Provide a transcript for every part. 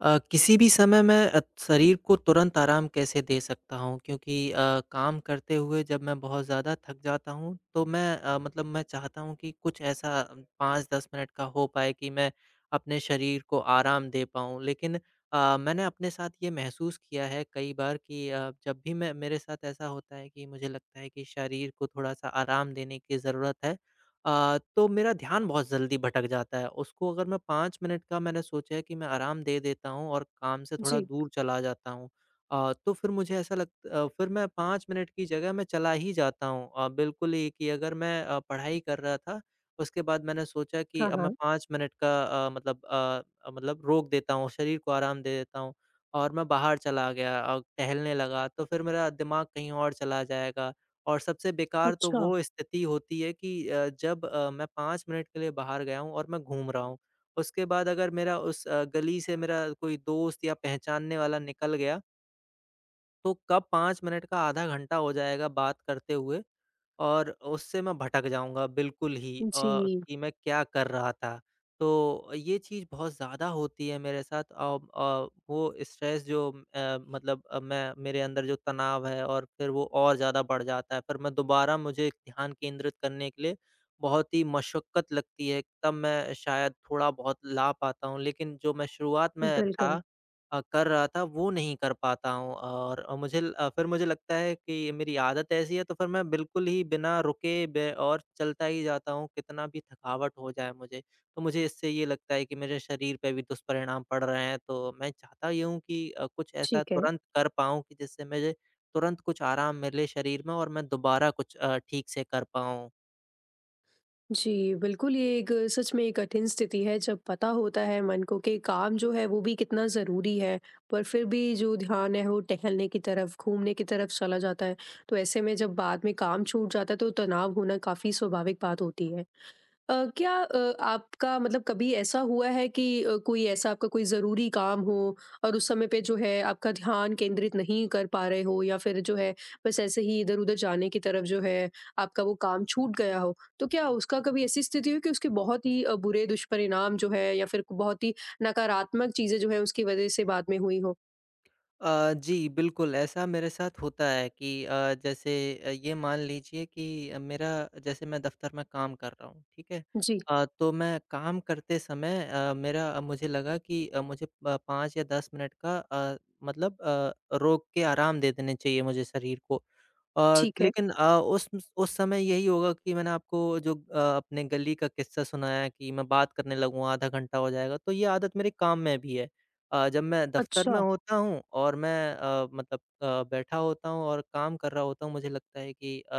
किसी भी समय मैं शरीर को तुरंत आराम कैसे दे सकता हूँ? क्योंकि काम करते हुए जब मैं बहुत ज़्यादा थक जाता हूँ, तो मैं मतलब मैं चाहता हूँ कि कुछ ऐसा 5-10 मिनट का हो पाए कि मैं अपने शरीर को आराम दे पाऊँ। लेकिन मैंने अपने साथ ये महसूस किया है कई बार कि जब भी मैं मेरे साथ ऐसा होता है कि मुझे लगता है कि शरीर को थोड़ा-सा आराम देने की ज़रूरत है। तो मेरा ध्यान बहुत जल्दी भटक जाता है। उसको अगर मैं 5 मिनट का मैंने सोचा है कि मैं आराम दे देता हूँ और काम से थोड़ा जी, दूर चला जाता हूँ। अ, तो फिर मुझे ऐसा लग अ, फिर मैं 5 मिनट की जगह मैं चला ही जाता हूँ। बिल्कुल ही कि अगर मैं पढ़ाई कर रहा था, उसके बाद मैंने सोचा कि हाँ, अब मैं हाँ। 5 मिनट का अ, मतलब अ, मतलब रोक देता हूँ, शरीर को आराम दे देता हूँ और मैं बाहर चला गया और टहलने लगा, तो फिर मेरा दिमाग कहीं और चला जाएगा। और सबसे बेकार तो अच्छा, वो स्थिति होती है कि जब मैं 5 मिनट के लिए बाहर गया हूँ और मैं घूम रहा हूँ। उसके बाद अगर मेरा उस गली से मेरा कोई दोस्त या पहचानने वाला निकल गया, तो कब 5 मिनट का आधा घंटा हो जाएगा बात करते हुए और उससे मैं भटक जाऊँगा बिल्कुल ही जी, कि मैं क्या कर रहा था। तो ये चीज़ बहुत ज़्यादा होती है मेरे साथ। वो स्ट्रेस जो मतलब मैं मेरे अंदर जो तनाव है और फिर वो और ज़्यादा बढ़ जाता है। फिर मैं दोबारा मुझे ध्यान केंद्रित करने के लिए बहुत ही मशक्कत लगती है, तब मैं शायद थोड़ा बहुत ला पाता हूँ। लेकिन जो मैं शुरुआत में था बिल्कुल, कर रहा था वो नहीं कर पाता हूँ और फिर मुझे लगता है कि मेरी आदत ऐसी है तो फिर मैं बिल्कुल ही बिना रुके बे और चलता ही जाता हूँ, कितना भी थकावट हो जाए मुझे। तो मुझे इससे ये लगता है कि मेरे शरीर पे भी दुष्परिणाम पड़ रहे हैं, तो मैं चाहता ये हूँ कि कुछ ऐसा ठीक है। तुरंत कर पाऊँ कि जिससे मुझे तुरंत कुछ आराम मिले शरीर में और मैं दोबारा कुछ ठीक से कर पाऊँ। जी, बिल्कुल, ये एक सच में एक कठिन स्थिति है जब पता होता है मन को कि काम जो है वो भी कितना ज़रूरी है, पर फिर भी जो ध्यान है वो टहलने की तरफ, घूमने की तरफ चला जाता है। तो ऐसे में जब बाद में काम छूट जाता है तो तनाव होना काफ़ी स्वाभाविक बात होती है। क्या आपका मतलब कभी ऐसा हुआ है कि कोई ऐसा आपका कोई ज़रूरी काम हो और उस समय पे जो है आपका ध्यान केंद्रित नहीं कर पा रहे हो या फिर जो है बस ऐसे ही इधर-उधर जाने की तरफ जो है आपका वो काम छूट गया हो? तो क्या उसका कभी ऐसी स्थिति हुई कि उसके बहुत ही बुरे दुष्परिणाम जो है या फिर बहुत ही नकारात्मक चीज़ें जो है उसकी वज़ह से बाद में हुई हो? जी, बिल्कुल, ऐसा मेरे साथ होता है कि जैसे ये मान लीजिए कि मेरा जैसे मैं दफ़्तर में काम कर रहा हूँ, ठीक है? जी, तो मैं काम करते समय मुझे लगा कि मुझे प 5 या 10 मिनट का मतलब रोक के आराम दे देने चाहिए मुझे शरीर को। और ठीक है। लेकिन उस समय यही होगा कि मैंने आपको जो अपने गली का किस्सा सुनाया कि मैं बात करने लगूँ, आधा घंटा हो जाएगा, तो ये आदत मेरे काम में भी है। जब मैं दफ़्तर में अच्छा, होता हूँ और मैं मतलब बैठा होता हूँ और काम कर रहा होता हूँ, मुझे लगता है कि अ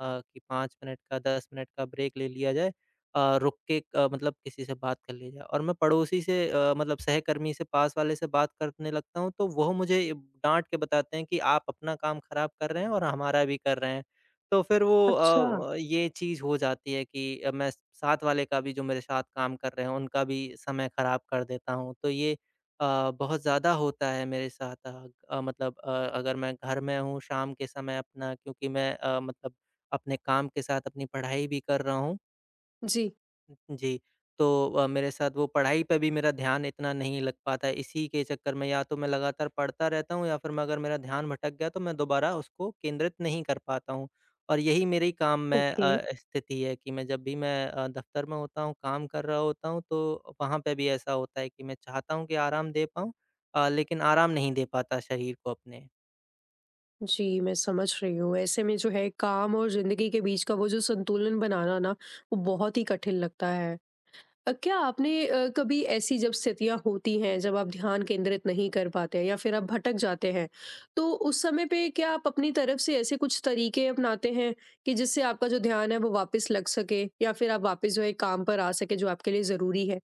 अ, कि 5 मिनट का, 10 मिनट का ब्रेक ले लिया जाए। रुक के मतलब किसी से बात कर ली जाए और मैं पड़ोसी से मतलब सहकर्मी से पास वाले से बात करने लगता हूँ तो वो मुझे डाँट के बताते हैं कि आप अपना काम ख़राब कर रहे हैं और हमारा भी कर रहे हैं। तो फिर वो अच्छा। ये चीज़ हो जाती है कि मैं साथ वाले का भी जो मेरे साथ काम कर रहे हैं उनका भी समय ख़राब कर देता हूँ। तो ये बहुत ज़्यादा होता है मेरे साथ। मतलब अगर मैं घर में हूँ शाम के समय अपना क्योंकि मैं मतलब अपने काम के साथ अपनी पढ़ाई भी कर रहा हूँ। जी। जी। तो मेरे साथ वो पढ़ाई पे भी मेरा ध्यान इतना नहीं लग पाता है, इसी के चक्कर में या तो मैं लगातार पढ़ता रहता हूँ या फिर मैं अगर मेरा ध्यान भटक गया तो मैं दोबारा उसको केंद्रित नहीं कर पाता हूँ। और यही मेरी काम में ओके। स्थिति है कि मैं जब भी मैं दफ़्तर में होता हूँ, काम कर रहा होता हूँ तो वहाँ पे भी ऐसा होता है कि मैं चाहता हूँ कि आराम दे पाऊँ, लेकिन आराम नहीं दे पाता शरीर को अपने। जी, मैं समझ रही हूँ। ऐसे में जो है काम और ज़िंदगी के बीच का वो जो संतुलन बनाना ना, वो बहुत ही कठिन लगता है। क्या आपने कभी ऐसी जब स्थितियाँ होती हैं, जब आप ध्यान केंद्रित नहीं कर पाते हैं या फिर आप भटक जाते हैं, तो उस समय पे क्या आप अपनी तरफ से ऐसे कुछ तरीके अपनाते हैं कि जिससे आपका जो ध्यान है वो वापस लग सके या फिर आप वापस जो है काम पर आ सकें जो आपके लिए ज़रूरी है?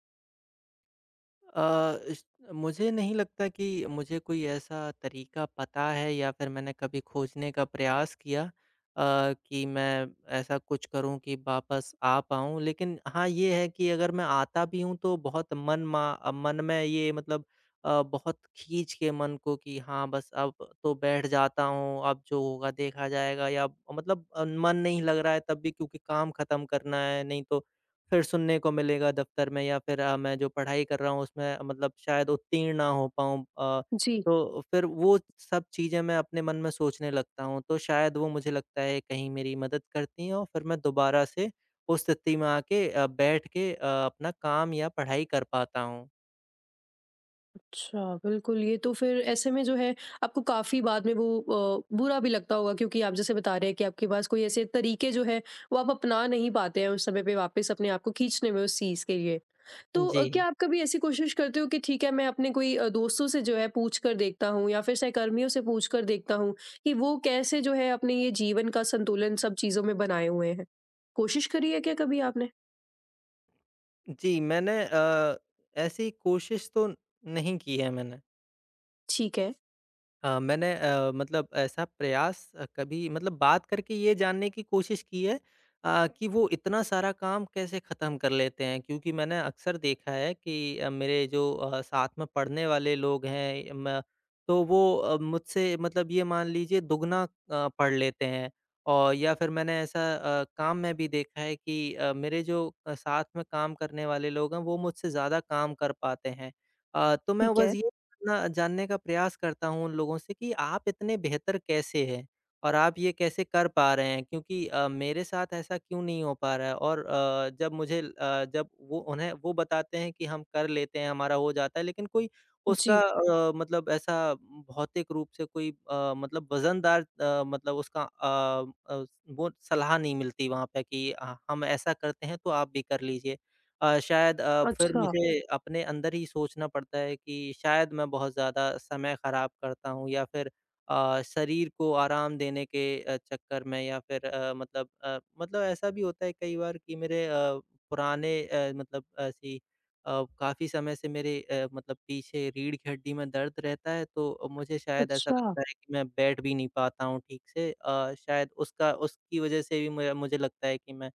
अ, इस मुझे नहीं लगता कि मुझे कोई ऐसा तरीका पता है या फिर मैंने कभी खोजने का प्रयास किया कि मैं ऐसा कुछ करूँ कि वापस आ पाऊँ। लेकिन हाँ, ये है कि अगर मैं आता भी हूँ तो बहुत मन में ये मतलब बहुत खींच के मन को कि हाँ, बस अब तो बैठ जाता हूँ, अब जो होगा देखा जाएगा या मतलब मन नहीं लग रहा है तब भी क्योंकि काम खत्म करना है, नहीं तो फिर सुनने को मिलेगा दफ़्तर में या फिर मैं जो पढ़ाई कर रहा हूँ उसमें मतलब शायद उत्तीर्ण ना हो पाऊँ। जी। तो फिर वो सब चीज़ें मैं अपने मन में सोचने लगता हूँ, तो शायद वो मुझे लगता है कहीं मेरी मदद करती हैं और फिर मैं दोबारा से उस स्थिति में आके बैठ के अपना काम या पढ़ाई कर पाता हूँ। अच्छा, बिल्कुल, ये तो फिर ऐसे में जो है आपको काफ़ी बाद में वो बुरा भी लगता होगा क्योंकि आप जैसे बता रहे हैं कि आपके पास कोई ऐसे तरीके जो है वो आप अपना नहीं पाते हैं उस समय पे वापस अपने आप को खींचने में उस चीज़ के लिए। तो जी। क्या आप कभी ऐसी कोशिश करते हो कि ठीक है, मैं अपने कोई दोस्तों से जो है पूछ कर देखता हूँ या फिर सहकर्मियों से पूछ कर देखता हूँ कि वो कैसे जो है अपने ये जीवन का संतुलन सब चीज़ों में बनाए हुए हैं? कोशिश करी है क्या कभी आपने? जी, मैंने ऐसी कोशिश तो नहीं की है मैंने। ठीक है, हाँ, मैंने मतलब ऐसा प्रयास कभी मतलब बात करके ये जानने की कोशिश की है कि वो इतना सारा काम कैसे ख़त्म कर लेते हैं क्योंकि मैंने अक्सर देखा है कि मेरे जो साथ में पढ़ने वाले लोग हैं म तो वो मुझसे मतलब ये मान लीजिए दुगना पढ़ लेते हैं और या फिर मैंने ऐसा काम में भी देखा है कि मेरे जो साथ में काम करने वाले लोग हैं, वो मुझसे ज़्यादा काम कर पाते हैं। तो मैं ठीक है। बस ये ना जानने का प्रयास करता हूँ उन लोगों से कि आप इतने बेहतर कैसे हैं? और आप ये कैसे कर पा रहे हैं? क्योंकि मेरे साथ ऐसा क्यों नहीं हो पा रहा है? और जब वो उन्हें वो बताते हैं कि हम कर लेते हैं, हमारा हो जाता है, लेकिन कोई उसका जी। मतलब ऐसा भौतिक रूप से कोई मतलब वज़नदार मतलब उसका वो सलाह नहीं मिलती वहाँ पे कि हम ऐसा करते हैं तो आप भी कर लीजिए। शायद फिर अच्छा, मुझे अपने अंदर ही सोचना पड़ता है कि शायद मैं बहुत ज़्यादा समय ख़राब करता हूँ या फिर शरीर को आराम देने के चक्कर में या फिर मतलब ऐसा भी होता है कई बार कि मेरे पुराने मतलब ऐसी काफ़ी समय से मेरे मतलब पीछे रीढ़ की हड्डी में दर्द रहता है तो मुझे शायद ऐसा अच्छा। लगता है कि मैं बैठ भी नहीं पाता हूँ ठीक से। शायद उसका उसकी वज़ह से भी मुझे मुझे लगता है कि मैं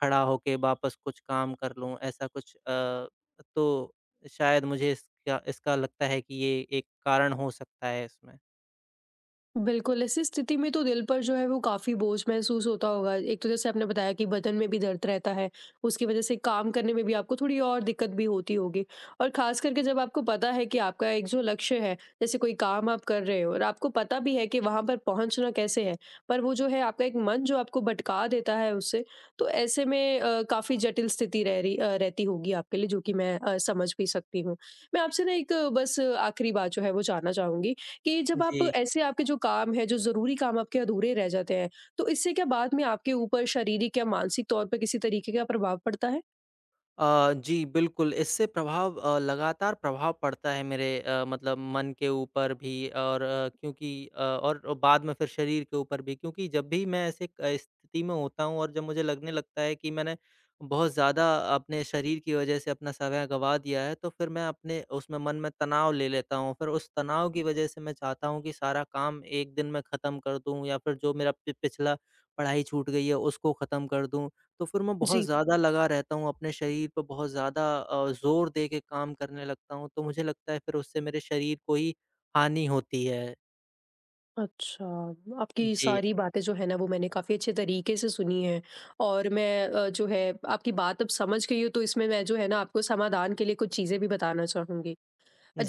खड़ा होके वापस कुछ काम कर लूँ, ऐसा कुछ। तो शायद मुझे इसका इसका लगता है कि ये एक कारण हो सकता है इसमें। बिल्कुल, ऐसी स्थिति में तो दिल पर जो है वो काफ़ी बोझ महसूस होता होगा। एक तो जैसे आपने बताया कि बदन में भी दर्द रहता है, उसकी वज़ह से काम करने में भी आपको थोड़ी और दिक्कत भी होती होगी। और ख़ास करके जब आपको पता है कि आपका एक जो लक्ष्य है, जैसे कोई काम आप कर रहे हो और आपको पता भी है कि वहाँ पर पहुँचना कैसे है, पर वो जो है आपका एक मन जो आपको भटका देता है उससे, तो ऐसे में काफ़ी जटिल स्थिति रहती होगी आपके लिए, जो कि मैं समझ भी सकती हूँ। मैं आपसे ना एक बस आखिरी बात जो है वो जानना चाहूँगी कि जब आप जी। ऐसे आपके जो काम है, जो ज़रूरी काम आपके अधूरे रह जाते हैं, तो इससे क्या बाद में आपके ऊपर शारीरिक या मानसिक तौर पे किसी तरीके का प्रभाव पड़ता है? जी, बिल्कुल, इससे प्रभाव लगातार प्रभाव पड़ता है मेरे मतलब मन के ऊपर भी, और और बाद में फिर शरीर के ऊपर भी क्योंकि जब भी मैं ऐसे स्थिति में होता हूँ और जब मुझे लगने लगता है कि मैंने बहुत ज़्यादा अपने शरीर की वजह से अपना समय गँवा दिया है, तो फिर मैं अपने उसमें मन में तनाव ले लेता हूँ। फिर उस तनाव की वजह से मैं चाहता हूँ कि सारा काम एक दिन में ख़त्म कर दूँ या फिर जो मेरा पि पिछला पढ़ाई छूट गई है, उसको ख़त्म कर दूँ। तो फिर मैं बहुत जी। ज़्यादा लगा रहता हूँ अपने शरीर पे, बहुत ज़्यादा ज़ोर दे के काम करने लगता हूँ, तो मुझे लगता है फिर उससे मेरे शरीर को ही हानि होती है। अच्छा, आपकी जी, सारी बातें जो है ना वो मैंने काफ़ी अच्छे तरीके से सुनी हैं और मैं जो है आपकी बात अब समझ गई हूँ, तो इसमें मैं जो है ना आपको समाधान के लिए कुछ चीज़ें भी बताना चाहूँगी।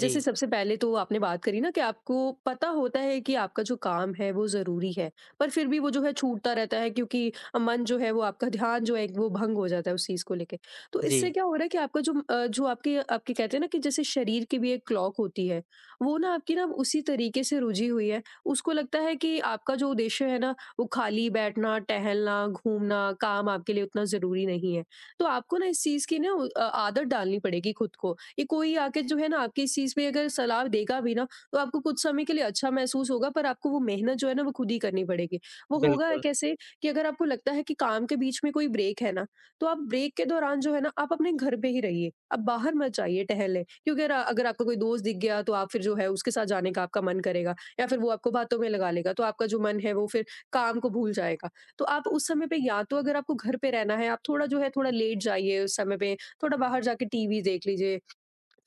जी, सबसे पहले तो आपने बात करी ना कि आपको पता होता है कि आपका जो काम है वो ज़रूरी है, पर फिर भी वो जो है छूटता रहता है क्योंकि मन जो है वो आपका ध्यान जो है वो भंग हो जाता है उस चीज़ को लेके। तो जी, इससे क्या हो रहा है कि आपका जो आपके आपके कहते हैं ना कि जैसे शरीर की भी एक क्लॉक होती है, वो ना आपकी ना उसी तरीके से रुझी हुई है। उसको लगता है कि आपका जो उद्देश्य है ना, वो खाली बैठना, टहलना, घूमना, काम आपके लिए उतना ज़रूरी नहीं है। तो आपको ना इस चीज़ की ना आदत डालनी पड़ेगी खुद को। ये कोई आके जो है ना आपकी इस चीज़ पे अगर सलाह देगा भी ना, तो आपको कुछ समय के लिए अच्छा महसूस होगा पर आपको वो मेहनत जो है ना वो खुद ही करनी पड़ेगी। वो होगा बिल्कुल, कैसे कि अगर आपको लगता है कि काम के बीच में कोई ब्रेक है ना, तो आप ब्रेक के दौरान जो है ना आप अपने घर पे ही रहिए। आप बाहर मत जाइए टहलने, क्योंकि अगर अगर आपको कोई दोस्त दिख गया तो आप फिर जो है उसके साथ जाने का आपका मन करेगा या फिर वो आपको बातों में लगा लेगा, तो आपका जो मन है वो फिर काम को भूल जाएगा। तो आप उस समय पे या तो अगर आपको घर पे रहना है आप थोड़ा जो है थोड़ा लेट जाइए उस समय पे, थोड़ा बाहर जाके टीवी देख लीजिए,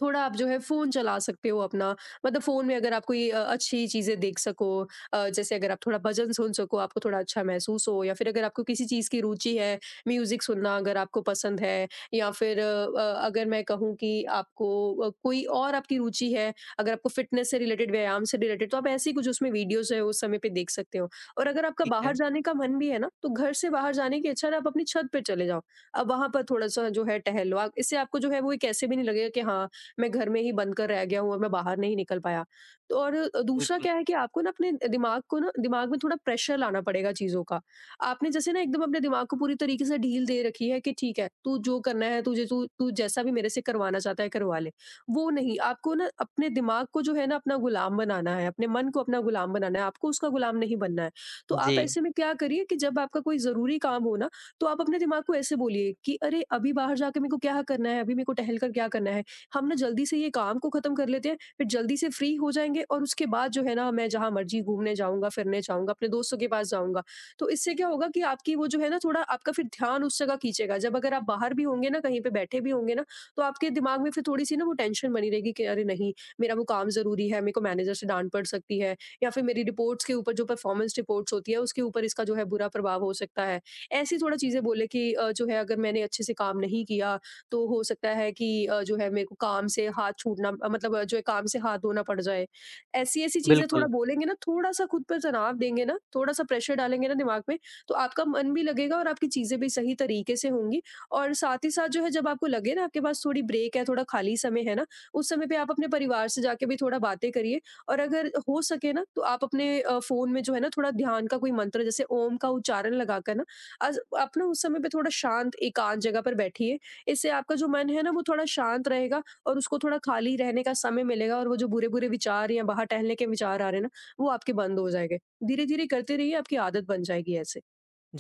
थोड़ा आप जो है फ़ोन चला सकते हो अपना। मतलब फ़ोन में अगर आप कोई अच्छी चीज़ें देख सको, जैसे अगर आप थोड़ा भजन सुन सको, आपको थोड़ा अच्छा महसूस हो, या फिर अगर आपको किसी चीज़ की रुचि है, म्यूज़िक सुनना अगर आपको पसंद है, या फिर अगर मैं कहूँ कि आपको कोई और आपकी रुचि है, अगर आपको फ़िटनेस से रिलेटेड, व्यायाम से रिलेटेड, तो आप ऐसी कुछ उसमें वीडियोज़ है उस समय पे देख सकते हो। और अगर आपका ठीक है, बाहर जाने का मन भी है ना, तो घर से बाहर जाने की अच्छा ना आप अपनी छत पे चले जाओ। अब वहाँ पर थोड़ा-सा जो है टहल लो। आप इससे आपको जो है वो एक ऐसे भी नहीं लगेगा कि हाँ, मैं घर में ही बंद कर रह गया हूँ और मैं बाहर नहीं निकल पाया। तो और दूसरा बिल्कुल, क्या है कि आपको ना अपने दिमाग को ना दिमाग में थोड़ा प्रेशर लाना पड़ेगा चीज़ों का। आपने जैसे ना एकदम अपने दिमाग को पूरी तरीके से ढील दे रखी है कि ठीक है, तू जो करना है तुझे तू तू जैसा भी मेरे से करवाना चाहता है करवा ले। वो नहीं, आपको ना अपने दिमाग को जो है ना अपना गुलाम बनाना है, अपने मन को अपना गुलाम बनाना है, आपको उसका गुलाम नहीं बनना है। तो आप जी, ऐसे में क्या करिए कि जब आपका कोई ज़रूरी काम हो ना, तो आप अपने दिमाग को ऐसे बोलिए कि अरे! अभी बाहर जाके मेरे को क्या करना है? अभी मेरे को टहल कर क्या करना है? हम ना जल्दी से ये काम को खत्म कर लेते हैं, फिर जल्दी से फ्री हो जाएँगे और उसके बाद जो है ना मैं जहाँ मर्ज़ी घूमने जाऊँगा, फिरने जाऊँगा, अपने दोस्तों के पास जाऊँगा। तो इससे क्या होगा कि आपकी वो जो है ना थोड़ा आपका फिर ध्यान उस जगह खींचेगा। जब अगर आप बाहर भी होंगे ना, कहीं पे बैठे भी होंगे ना, तो आपके दिमाग में फिर थोड़ी-सी ना वो टेंशन बनी रहेगी कि अरे नहीं, मेरा वो काम ज़रूरी है, मेरे को मैनेजर से डाँट पड़ सकती है या फिर मेरी रिपोर्ट्स के ऊपर जो परफ़ॉर्मेंस रिपोर्ट्स होती है, उसके ऊपर इसका जो है बुरा प्रभाव हो सकता है। ऐसी थोड़ा चीज़ें बोले कि जो है अगर मैंने अच्छे से काम नहीं किया तो हो सकता है कि जो है मेरे को काम से हाथ छूटना मतलब जो है काम से हाथ धोना पड़ जाए। ऐसी-ऐसी चीज़ें थोड़ा बिल्कुल। बोलेंगे ना, थोड़ा-सा खुद पर तनाव देंगे ना, थोड़ा-सा प्रेशर डालेंगे ना दिमाग में, तो आपका मन भी लगेगा और आपकी चीज़ें भी सही तरीके से होंगी। और साथ ही साथ जो है जब आपको लगे ना आपके पास थोड़ी ब्रेक है, थोड़ा खाली समय है ना, उस समय पे आप अपने परिवार से जाके भी थोड़ा बातें करिए। और अगर हो सके ना तो आप अपने फ़ोन में जो है ना थोड़ा ध्यान का कोई मंत्र जैसे ओम का उच्चारण लगाकर ना, अज आप ना उस समय पे थोड़ा शांत एकांत जगह पर बैठिए। इससे आपका जो मन है ना वो थोड़ा शांत रहेगा और उसको थोड़ा खाली रहने का समय मिलेगा और वो जो बुरे-बुरे विचार या बाहर टहलने के विचार आ रहे हैं ना, वो आपके बंद हो जाएँगे। धीरे-धीरे करते रहिए, आपकी आदत बन जाएगी ऐसे।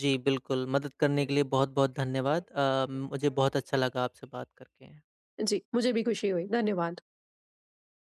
जी, बिल्कुल, मदद करने के लिए बहुत-बहुत धन्यवाद। मुझे बहुत अच्छा लगा आपसे बात करके। जी, मुझे भी खुशी हुई। धन्यवाद।